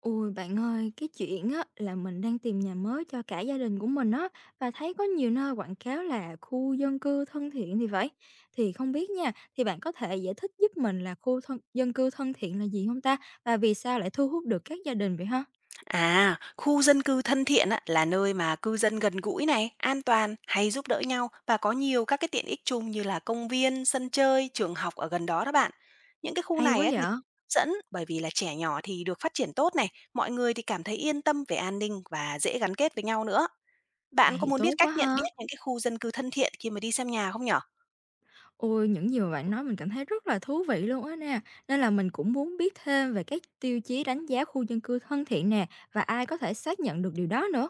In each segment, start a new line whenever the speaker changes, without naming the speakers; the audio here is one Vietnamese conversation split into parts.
Ôi, bạn ơi, cái chuyện á là mình đang tìm nhà mới cho cả gia đình của mình á, và thấy có nhiều nơi quảng cáo là khu dân cư thân thiện thì vậy. Thì không biết nha, thì bạn có thể giải thích giúp mình là khu thân dân cư thân thiện là gì không ta? Và vì sao lại thu hút được các gia đình vậy ha?
À, khu dân cư thân thiện á, là nơi mà cư dân gần gũi này, an toàn, hay giúp đỡ nhau và có nhiều các cái tiện ích chung như là công viên, sân chơi, trường học ở gần đó đó bạn. Những cái khu
Hay
này
quá
á,
vậy!
thì hấp dẫn bởi vì là trẻ nhỏ thì được phát triển tốt này, mọi người thì cảm thấy yên tâm về an ninh và dễ gắn kết với nhau nữa.
Vậy
Bạn có
thì
muốn biết
tốt
cách
quá
nhận
ha!
biết những cái khu dân cư thân thiện khi mà đi xem nhà không nhở?
Ôi, những gì mà bạn nói mình cảm thấy rất là thú vị luôn á nè, nên là mình cũng muốn biết thêm về các tiêu chí đánh giá khu dân cư thân thiện nè, và ai có thể xác nhận được điều đó nữa.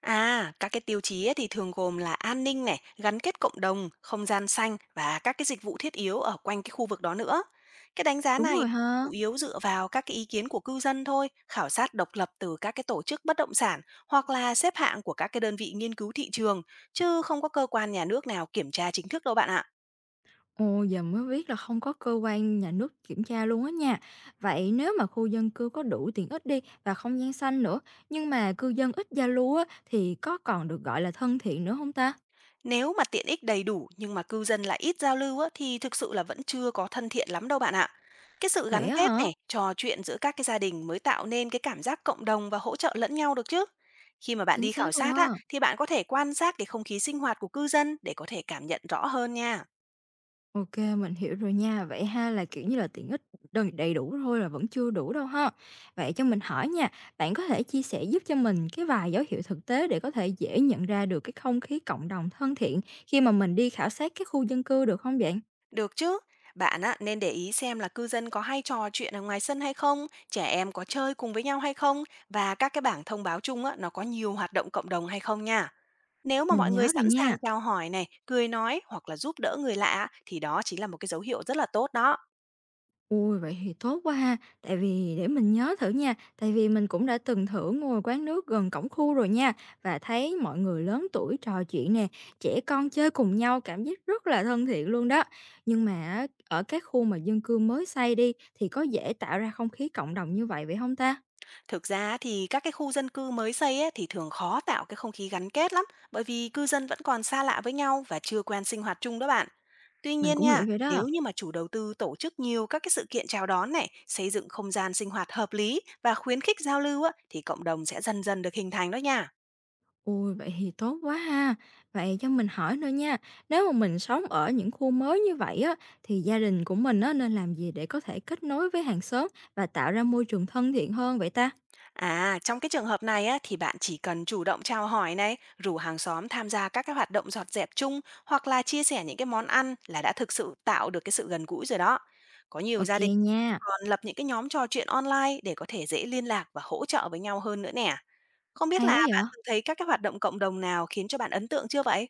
À, các cái tiêu chí ấy thì thường gồm là an ninh này, gắn kết cộng đồng, không gian xanh và các cái dịch vụ thiết yếu ở quanh cái khu vực đó nữa. Cái đánh giá
Đúng
này
rồi
chủ
ha!
yếu dựa vào các cái ý kiến của cư dân thôi, khảo sát độc lập từ các cái tổ chức bất động sản hoặc là xếp hạng của các cái đơn vị nghiên cứu thị trường, chứ không có cơ quan nhà nước nào kiểm tra chính thức đâu bạn ạ.
Ồ, giờ mới biết là không có cơ quan nhà nước kiểm tra luôn á nha. Vậy nếu mà khu dân cư có đủ tiện ích đi và không gian xanh nữa, nhưng mà cư dân ít giao lưu á, thì có còn được gọi là thân thiện nữa không ta?
Nếu mà tiện ích đầy đủ nhưng mà cư dân lại ít giao lưu á, thì thực sự là vẫn chưa có thân thiện lắm đâu bạn ạ. Cái sự
Vậy
gắn
á
kết
hả?
này, trò chuyện giữa các cái gia đình mới tạo nên cái cảm giác cộng đồng và hỗ trợ lẫn nhau được chứ. Khi mà bạn
Chính
đi khảo
xác luôn
sát
á.
á, thì bạn có thể quan sát cái không khí sinh hoạt của cư dân để có thể cảm nhận rõ hơn nha.
Ok, mình hiểu rồi nha. Vậy ha là kiểu như là tiện ích đầy đầy đủ thôi là vẫn chưa đủ đâu ha. Vậy cho mình hỏi nha, bạn có thể chia sẻ giúp cho mình cái vài dấu hiệu thực tế để có thể dễ nhận ra được cái không khí cộng đồng thân thiện khi mà mình đi khảo sát cái khu dân cư được không bạn?
Được chứ? Bạn á, nên để ý xem là cư dân có hay trò chuyện ở ngoài sân hay không, trẻ em có chơi cùng với nhau hay không, và các cái bảng thông báo chung á, nó có nhiều hoạt động cộng đồng hay không nha. Nếu mà
Mình
mọi người
nhớ rồi
sẵn sàng
nha.
chào hỏi này, cười nói hoặc là giúp đỡ người lạ thì đó chính là một cái dấu hiệu rất là tốt đó.
Ui vậy thì tốt quá ha! Tại vì để mình nhớ thử nha, tại vì mình cũng đã từng thử ngồi quán nước gần cổng khu rồi nha, và thấy mọi người lớn tuổi trò chuyện nè, trẻ con chơi cùng nhau, cảm giác rất là thân thiện luôn đó. Nhưng mà á, ở các khu mà dân cư mới xây đi thì có dễ tạo ra không khí cộng đồng như vậy vậy không ta?
Thực ra thì các cái khu dân cư mới xây ấy, thì thường khó tạo cái không khí gắn kết lắm, bởi vì cư dân vẫn còn xa lạ với nhau và chưa quen sinh hoạt chung đó bạn. Tuy
Mình
nhiên
cũng
nha,
nghĩ vậy đó.
nếu như mà chủ đầu tư tổ chức nhiều các cái sự kiện chào đón này, xây dựng không gian sinh hoạt hợp lý và khuyến khích giao lưu á, thì cộng đồng sẽ dần dần được hình thành đó nha.
Ôi, vậy thì tốt quá ha. Vậy cho mình hỏi nữa nha, nếu mà mình sống ở những khu mới như vậy á, thì gia đình của mình á, nên làm gì để có thể kết nối với hàng xóm và tạo ra môi trường thân thiện hơn vậy ta?
À, trong cái trường hợp này á, thì bạn chỉ cần chủ động chào hỏi này, rủ hàng xóm tham gia các cái hoạt động dọn dẹp chung hoặc là chia sẻ những cái món ăn là đã thực sự tạo được cái sự gần gũi rồi đó. Có nhiều gia
Ok
đình
nha,
còn lập những cái nhóm trò chuyện online để có thể dễ liên lạc và hỗ trợ với nhau hơn nữa nè. Không biết
hay
là
quá vậy.
bạn từng thấy các cái hoạt động cộng đồng nào khiến cho bạn ấn tượng chưa vậy?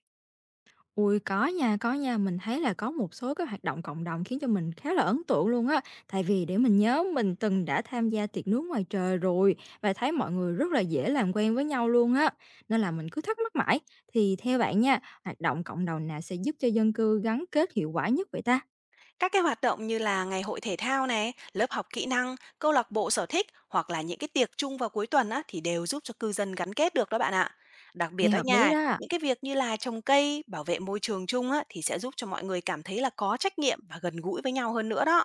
Ui có nha, mình thấy là có một số cái hoạt động cộng đồng khiến cho mình khá là ấn tượng luôn á. Tại vì để mình nhớ mình từng đã tham gia tiệc nướng ngoài trời rồi và thấy mọi người rất là dễ làm quen với nhau luôn á. Nên là mình cứ thắc mắc mãi. Thì theo bạn nha, hoạt động cộng đồng nào sẽ giúp cho dân cư gắn kết hiệu quả nhất vậy ta?
Các cái hoạt động như là ngày hội thể thao này, lớp học kỹ năng, câu lạc bộ sở thích hoặc là những cái tiệc chung vào cuối tuần á, thì đều giúp cho cư dân gắn kết được đó bạn ạ. Đặc biệt
Nghe
đó
hợp lý
nha,
đó.
những cái việc như là trồng cây, bảo vệ môi trường chung á, thì sẽ giúp cho mọi người cảm thấy là có trách nhiệm và gần gũi với nhau hơn nữa đó.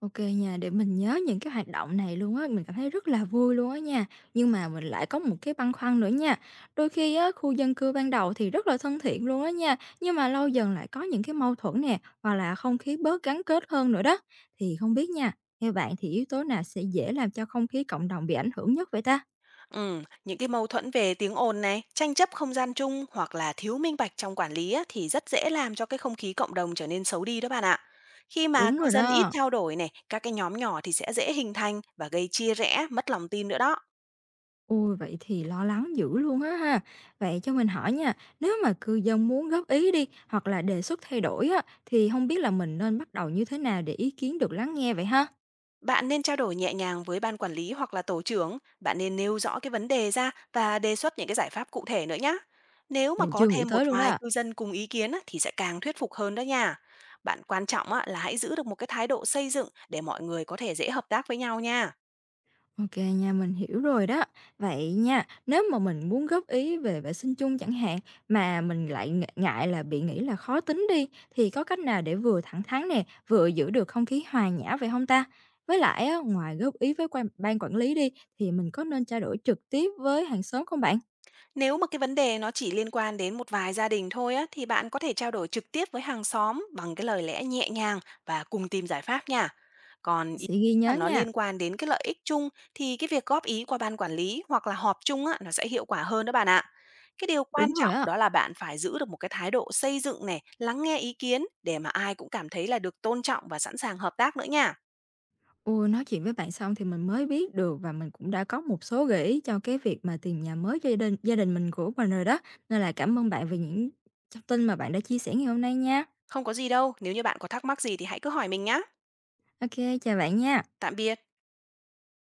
OK nha, để mình nhớ những cái hoạt động này luôn á, mình cảm thấy rất là vui luôn á nha. Nhưng mà mình lại có một cái băn khoăn nữa nha. Đôi khi á, khu dân cư ban đầu thì rất là thân thiện luôn á nha, nhưng mà lâu dần lại có những cái mâu thuẫn nè, hoặc là không khí bớt gắn kết hơn nữa đó. Thì không biết nha, theo bạn thì yếu tố nào sẽ dễ làm cho không khí cộng đồng bị ảnh hưởng nhất vậy ta?
Những cái mâu thuẫn về tiếng ồn này, tranh chấp không gian chung hoặc là thiếu minh bạch trong quản lý á, thì rất dễ làm cho cái không khí cộng đồng trở nên xấu đi đó bạn ạ. Khi mà
Đúng
cư
rồi
dân ít
đó.
trao đổi này, các cái nhóm nhỏ thì sẽ dễ hình thành và gây chia rẽ, mất lòng tin nữa đó.
Ôi, vậy thì lo lắng dữ luôn á ha. Vậy cho mình hỏi nha, nếu mà cư dân muốn góp ý đi hoặc là đề xuất thay đổi á, thì không biết là mình nên bắt đầu như thế nào để ý kiến được lắng nghe vậy ha?
Bạn nên trao đổi nhẹ nhàng với ban quản lý hoặc là tổ trưởng, bạn nên nêu rõ cái vấn đề ra và đề xuất những cái giải pháp cụ thể nữa nhé. Nếu mà
Mình
có
chưa nghĩ
thêm một
tới luôn
vài
đó.
cư dân cùng ý kiến á, thì sẽ càng thuyết phục hơn đó nha. Bạn quan trọng á, là hãy giữ được một cái thái độ xây dựng để mọi người có thể dễ hợp tác với nhau nha.
Ok nha, mình hiểu rồi đó. Vậy nha, nếu mà mình muốn góp ý về vệ sinh chung chẳng hạn mà mình lại ngại là bị nghĩ là khó tính đi thì có cách nào để vừa thẳng thắn nè, vừa giữ được không khí hòa nhã vậy không ta? Với lại á, ngoài góp ý với quan ban quản lý đi thì mình có nên trao đổi trực tiếp với hàng xóm không bạn?
Nếu mà cái vấn đề nó chỉ liên quan đến một vài gia đình thôi á, thì bạn có thể trao đổi trực tiếp với hàng xóm bằng cái lời lẽ nhẹ nhàng và cùng tìm giải pháp nha. Còn ý
Sẽ ghi
mà
nhớ
nó
nha.
liên quan đến cái lợi ích chung thì cái việc góp ý qua ban quản lý hoặc là họp chung á, nó sẽ hiệu quả hơn đó bạn ạ. Cái điều quan
Đúng rồi
trọng
á.
đó là bạn phải giữ được một cái thái độ xây dựng này, lắng nghe ý kiến để mà ai cũng cảm thấy là được tôn trọng và sẵn sàng hợp tác nữa nha.
Ôi, nói chuyện với bạn xong thì mình mới biết được và mình cũng đã có một số gợi ý cho cái việc mà tìm nhà mới cho gia đình mình của mình rồi đó. Nên là cảm ơn bạn về những thông tin mà bạn đã chia sẻ ngày hôm nay nha.
Không có gì đâu, nếu như bạn có thắc mắc gì thì hãy cứ hỏi mình nhá.
Ok chào bạn nha.
Tạm biệt.